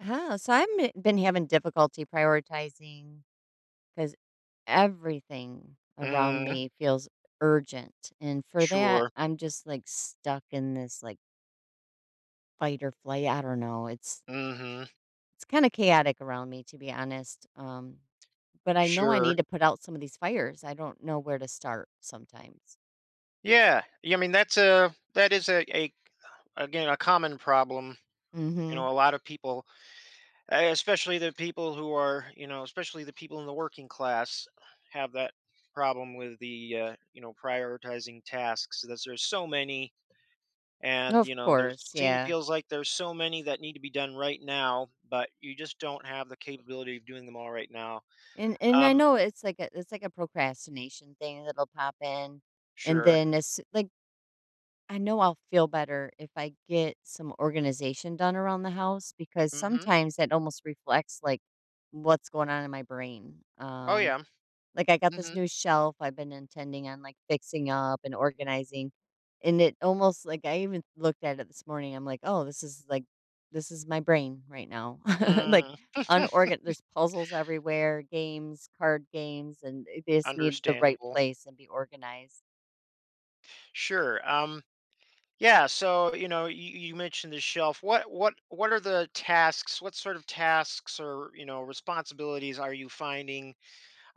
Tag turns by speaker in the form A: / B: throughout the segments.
A: Oh, so I've been having difficulty prioritizing because everything around
B: Mm,
A: me feels urgent. And for that,
B: sure.
A: I'm just like stuck in this like fight or flight. I don't know. It's
B: Mhm.
A: it's kind of chaotic around me, to be honest. But I know I
B: Sure.
A: need to put out some of these fires. I don't know where to start sometimes.
B: Yeah. Yeah, I mean, that is a again, a common problem. You
A: Mm-hmm.
B: know, a lot of people, especially the people who are, you know, especially the people in the working class have that problem with the you know, prioritizing tasks. That there's so many, and you
A: Of
B: know, there's
A: course,
B: seem
A: yeah.
B: feels like there's so many that need to be done right now, but you just don't have the capability of doing them all right now.
A: And I
B: Um,
A: know it's like a procrastination thing that'll pop in. And
B: sure.
A: then it's like I know I'll feel better if I get some organization done around the house, because
B: Mhm.
A: sometimes that almost reflects like what's going on in my brain.
B: Oh yeah.
A: Like, I got this
B: Mhm.
A: new shelf I've been intending on like fixing up and organizing. And it almost like, I even looked at it this morning. I'm like, oh, this is like, this is my brain right now. Like,
B: Mm.
A: there's puzzles everywhere, games, card games, and they just need the right
B: Understandable.
A: place and be organized.
B: Sure. Yeah, so, you know, you mentioned the shelf. What are the tasks? What sort of tasks or, you know, responsibilities are you finding?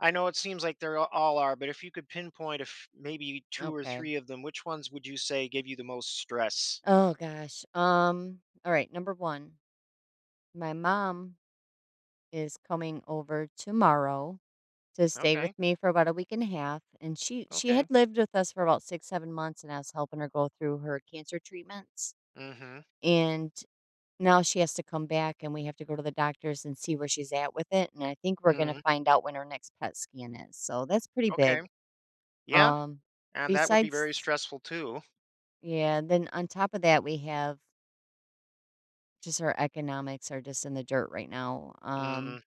B: I know it seems like they're a- all are, but if you could pinpoint if maybe two or
A: Okay.
B: three of them, which ones would you say give you the most stress?
A: Oh gosh. All right, number 1. My mom is coming over tomorrow to stay with
B: Okay.
A: me for about a week and a half, and she had
B: Okay.
A: lived with us for about 6 7 months, and I was helping her go through her cancer treatments.
B: Mhm.
A: And now she has to come back and we have to go to the doctors and see where she's at with it, and I think we're going to
B: Mm.
A: find out when her next pet scan is. So that's pretty big.
B: Okay. Yeah,
A: Um
B: and that would be very
A: besides
B: stressful too.
A: Yeah, then on top of that, we have, just our economics are just in the dirt right now.
B: Mm.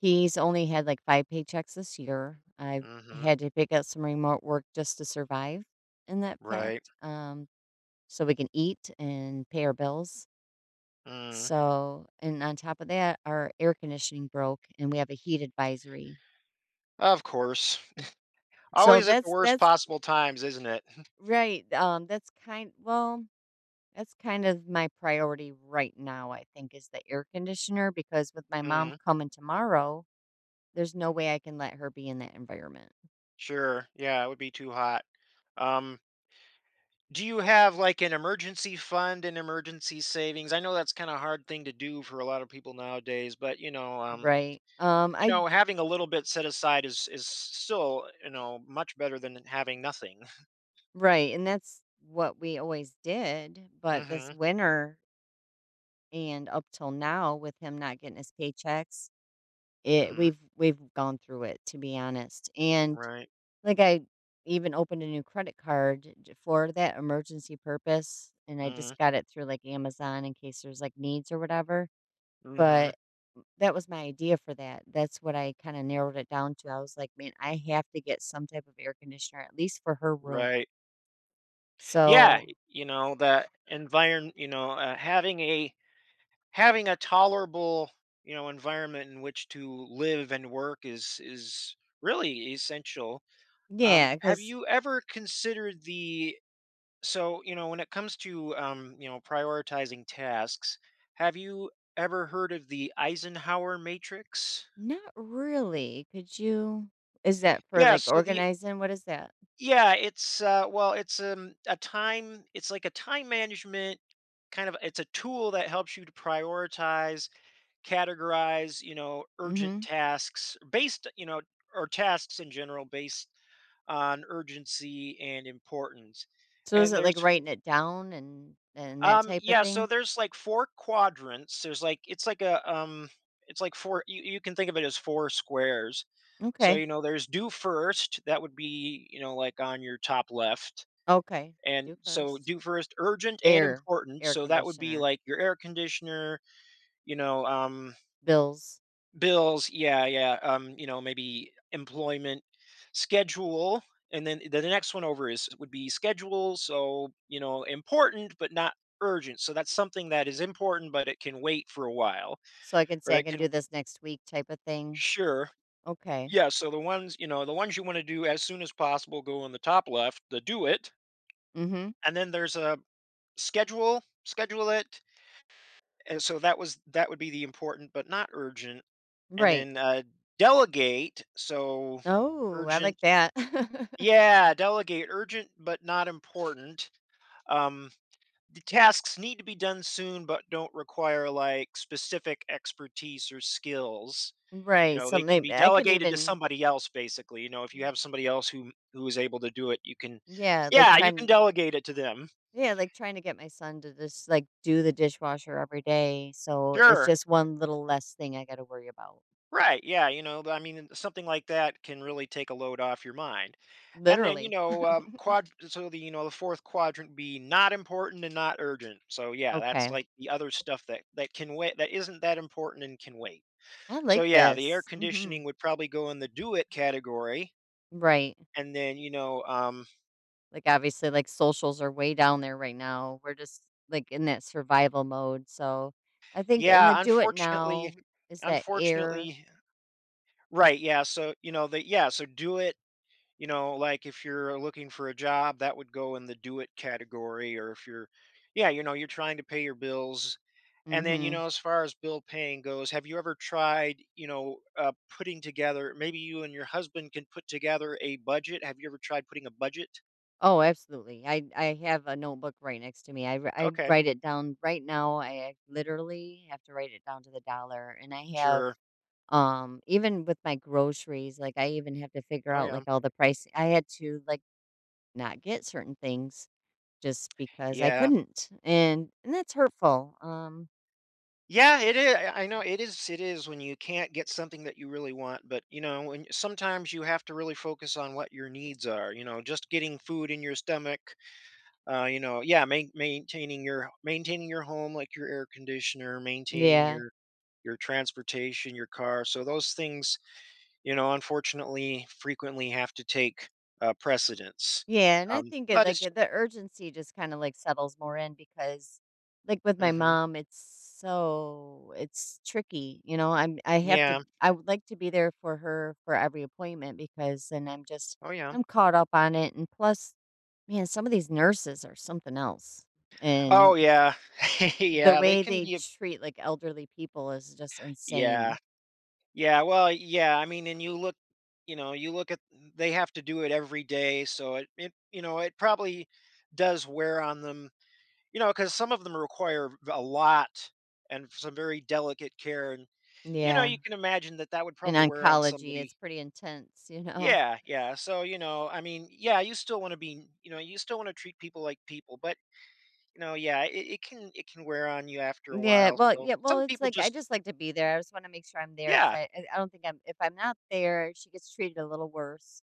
A: He's only had like five paychecks this year. I've
B: Mhm.
A: had to pick up some remote work just to survive, in that
B: Right.
A: fact, so we can eat and pay our bills.
B: Mm.
A: So, and on top of that, our air conditioning broke and we have a heat advisory.
B: Of course.
A: So
B: Always at the
A: that's,
B: worst possible times, isn't it?
A: right. Well, that's kind of my priority right now, I think, is the air conditioner, because with my mom
B: Mm,
A: coming tomorrow, there's no way I can let her be in that environment,
B: sure. Yeah, it would be too hot. Um, do you have like an emergency fund and emergency savings? I know that's kind of hard thing to do for a lot of people nowadays, but
A: right?
B: you
A: I
B: know, having a little bit set aside is still you know much better than having nothing.
A: Right, and that's what we always did, but this
B: Mm-hmm.
A: winter and up till now with him not getting his paychecks, it
B: Mm-hmm.
A: we've gone through it, to be honest. And
B: Right.
A: like I even opened a new credit card for that emergency purpose, and I
B: Mm.
A: just got it through like Amazon in case there's like needs or whatever.
B: Mm-hmm.
A: But that was my idea for that. That's what I kinda narrowed it down to. I was like, "Man, I have to get some type of air conditioner, at least for her room."
B: Right. Yeah.
A: So,
B: You know that environment. You know, having a having a tolerable, you know, environment in which to live and work is really essential.
A: yeah,
B: Have
A: because
B: you ever considered the So, you know, when it comes to you know, prioritizing tasks, have you ever heard of the Eisenhower matrix?
A: not really. Could you Is that for,
B: Yeah,
A: like,
B: so the
A: organizing? What is that?
B: Yeah, it's a time it's like a time management kind of it's a tool that helps you to prioritize categorize, you know, urgent
A: Mhm.
B: tasks based, you know, or tasks in general based on urgency and importance.
A: So is
B: And
A: it,
B: there's
A: like, writing it down and that type of
B: yeah, so
A: thing?
B: there's like four quadrants. There's like it's like four you can think of it as four squares. So
A: Okay.
B: you know there's do first, that would be, you know, like on your top left.
A: Okay.
B: And
A: Do
B: so
A: first.
B: do first urgent and
A: Air
B: important.
A: air
B: So that would be
A: conditioner.
B: like your air conditioner, you know,
A: Bills.
B: Bills, yeah, yeah. You know, maybe employment schedule, and then the next one over is would be schedule. So you know, important but not urgent. So that's something that is important, but it can wait for a while,
A: So I can
B: or
A: say I
B: it
A: can
B: can
A: do this next week type of thing.
B: sure,
A: Okay.
B: yeah. So the ones you know, the ones you want to do as soon as possible go in the top left, the do it,
A: Mhm.
B: and then there's a schedule it. And so that would be the important but not urgent, and
A: Right.
B: then delegate. So
A: Oh, I like
B: urgent
A: that.
B: Yeah, delegate urgent but not important. Um, the tasks need to be done soon but don't require like specific expertise or skills. You
A: Right,
B: know,
A: so
B: they can
A: maybe
B: be
A: I could
B: delegated to
A: even,
B: somebody else basically. You know, if you
A: mm,
B: have somebody else who is able to do it, you can
A: yeah, like,
B: yeah, you can
A: trying
B: delegate it to them.
A: yeah, like, trying to get my son to just, like, do the dishwasher every day, so it's
B: Sure.
A: just one little less thing I gotta worry about.
B: Right. Yeah. You know, I mean, something like that can really take a load off your mind. And then, you
A: Literally.
B: know, quad. So the you know the fourth quadrant be not important and not urgent. So yeah, that's
A: Okay.
B: like the other stuff that can wait. That isn't that important and can wait.
A: I
B: So
A: like
B: yeah, the air
A: this.
B: conditioning
A: Mhm.
B: would probably go in the do it category.
A: Right.
B: And then you know,
A: Like, obviously, like, socials are way down there right now. We're just, like, in that survival mode, so I think in the
B: yeah,
A: do it
B: unfortunately,
A: now is that air
B: unfortunately, right? Yeah. So you know the yeah. So do it you know, like if you're looking for a job, that would go in the do it category. Or if you're, yeah, you know, you're trying to pay your bills. And then, you
A: Mhm.
B: know, as far as bill paying goes, have you ever tried, you know, putting together, maybe you and your husband can put together a budget? Have you ever tried putting a budget?
A: Oh, absolutely. I have a notebook right next to me. I
B: Okay,
A: write it down right now. I literally have to write it down to the dollar. And I have,
B: sure.
A: even with my groceries, like I even have to figure
B: Oh,
A: out
B: yeah.
A: like all the price. I had to like not get certain things, just because I
B: Yeah.
A: couldn't. And that's hurtful.
B: Yeah, it is. I know it is. It is when you can't get something that you really want, but you know, when sometimes you have to really focus on what your needs are. You know, just getting food in your stomach you know, yeah, maintaining your home, like your air conditioner, maintaining
A: Yeah.
B: your transportation, your car. So those things, you know, unfortunately, frequently have to take precedence.
A: Yeah, and I think it
B: But
A: like
B: it's
A: the urgency just kind of like settles more in, because like with my
B: Hmm
A: mom, it's tricky.
B: yeah,
A: I would like to be there for her for every appointment, because then I'm just
B: oh yeah,
A: I'm caught up on it. And plus, man, some of these nurses are something else. And
B: oh yeah,
A: the
B: yeah. They
A: way
B: can
A: they
B: be a
A: treat like elderly people is just
B: yeah,
A: insane.
B: yeah. Well, yeah. I mean, and you look, you know, you look at they have to do it every day, so it you know it probably does wear on them. You know, because some of them require a lot and some very delicate care, and you know,
A: Yeah.
B: you can imagine that that would
A: In
B: probably wear on
A: oncology,
B: somebody.
A: it's pretty intense, you know.
B: Yeah, yeah. So you know, I mean, yeah, you still want to be, you know, you still want to treat people like people, but you know, yeah, it can wear on you after a
A: Yeah,
B: while.
A: well,
B: So
A: yeah, well,
B: some
A: it's
B: people
A: like I
B: just,
A: just like to be there. I just want to make sure I'm there, because
B: yeah,
A: I don't think I'm. If I'm not there, she gets treated a little worse.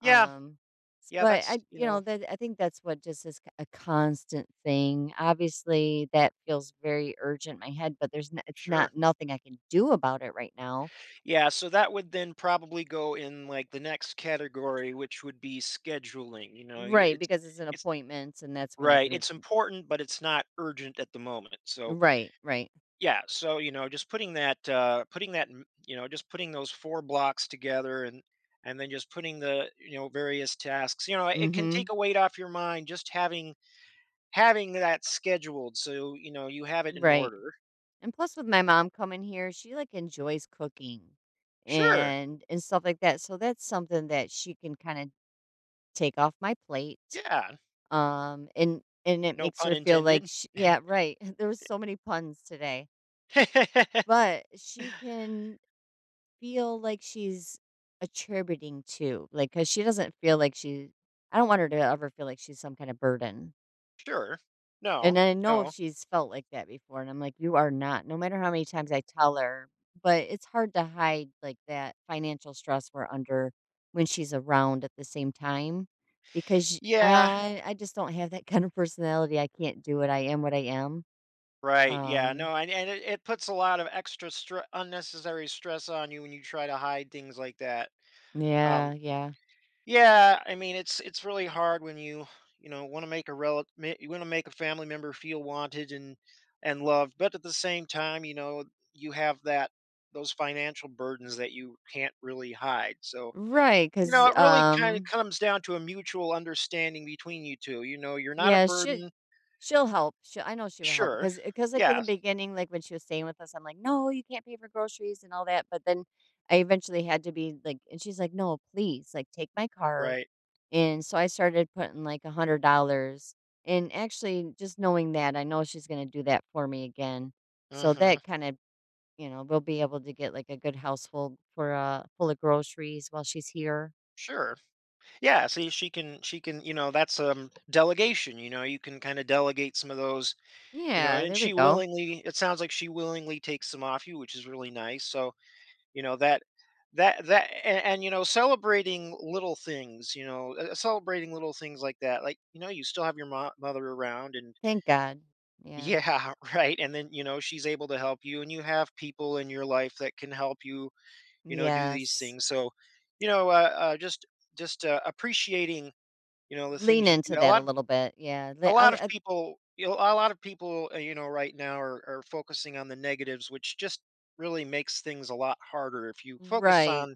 B: yeah,
A: Um,
B: yeah.
A: but
B: That's
A: I,
B: you
A: you know,
B: know,
A: that I think that's what just is a constant thing. Obviously, that feels very urgent in my head, but there's n it's not
B: sure.
A: nothing I can do about it right now,
B: Yeah, so that would then probably go in like the next category, which would be scheduling. You know,
A: right?
B: it's
A: Because it's an
B: it's
A: appointment, and that's when I
B: Right.
A: can.
B: It's important, but it's not urgent at the moment. So
A: Right, right,
B: yeah. So you know, just putting that, you know, just putting those four blocks together, and then just putting the you know various tasks. You know, it can
A: mm-hmm,
B: take a weight off your mind just having having that scheduled. So you know, you have it in
A: right.
B: order.
A: And plus with my mom coming here, she, like, enjoys cooking
B: Sure.
A: and stuff like that, so that's something that she can kinda take off my plate,
B: Yeah.
A: and it
B: No
A: makes
B: pun
A: her feel like
B: intended.
A: she Yeah, right. There was so many puns today, but she can feel like she's attributing to, like, because she doesn't feel like she I don't want her to ever feel like she's some kind of burden.
B: Sure. No.
A: And I know
B: No.
A: she's felt like that before, and I'm like, "You are not." No matter how many times I tell her, but it's hard to hide, like, that financial stress we're under when she's around at the same time, because
B: Yeah.
A: I just don't have that kind of personality. I can't do it, I am what I am.
B: Right, yeah,
A: Um,
B: no, and it puts a lot of extra stre unnecessary stress on you when you try to hide things like that. Um,
A: yeah, yeah.
B: yeah, I mean, it's really hard when you know, wanna make a rel you wanna make a family member feel wanted and loved, but at the same time, you know, you have that those financial burdens that you can't really hide, so,
A: Right,
B: you know,
A: 'cause,
B: it really kinda comes down to a mutual understanding between you 2, you know, you're not a
A: yeah, she
B: burden
A: she'll help. She I know she will help,
B: Sure.
A: because like in the
B: Yes,
A: beginning, like when she was staying with us, I'm like, no, you can't pay for groceries and all that. But then I eventually had to be like, and she's like, no, please, like take my card.
B: right.
A: And so I started putting like $100. And actually, just knowing that, I know she's going to do that for me again. So
B: Mhm.
A: that kind of, you know, we'll be able to get like a good household for full of groceries while she's here.
B: Sure. Yeah, she can, you know, that's delegation. You know, you can kind of delegate some of those, you know,
A: Yeah,
B: and
A: there we
B: she
A: go.
B: willingly. It sounds like she willingly takes some off you, which is really nice. So, you know that, and you know, celebrating little things, you know, celebrating little things like that. Like, you know, you still have your mother around, and
A: Thank God. Yeah.
B: yeah, right. And then you know, she's able to help you, and you have people in your life that can help you, you know, do these
A: Yes.
B: things. So, you know, just appreciating you know, the
A: Lean
B: things you
A: into
B: do
A: that a little bit, yeah, le
B: a lot of
A: I
B: people you know, a lot of people, you know, right now are focusing on the negatives, which just really makes things a lot harder if you focus
A: right.
B: on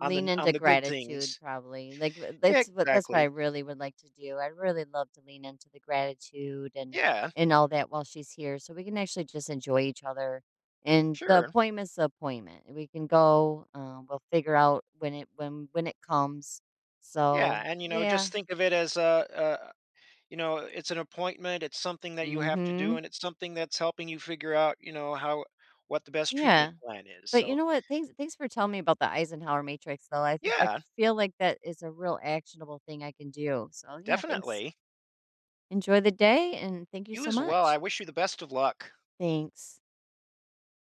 B: on
A: into
B: the good
A: gratitude
B: things.
A: probably, like, w that's what I
B: Exactly.
A: really would like to do. I'd really love to lean into the gratitude and
B: Yeah,
A: and all that while she's here, so we can actually just enjoy each other, and the
B: sure.
A: appointment's the appointment, we can go, we'll figure out when it comes,
B: Yeah,
A: so,
B: and, you know,
A: yeah,
B: just think of it as a you know, it's an appointment, it's something that you have to do,
A: mhm,
B: and it's something that's helping you figure out, you know, how what the best treatment
A: yeah.
B: plan is,
A: But you
B: so,
A: know what? Thanks for telling me about the Eisenhower matrix, though. I
B: yeah,
A: feel like that is a real actionable thing I can do. So, yeah, thanks.
B: definitely.
A: Enjoy the day, and thank you
B: You
A: so
B: as well, I
A: much.
B: wish you the best of luck.
A: Thanks.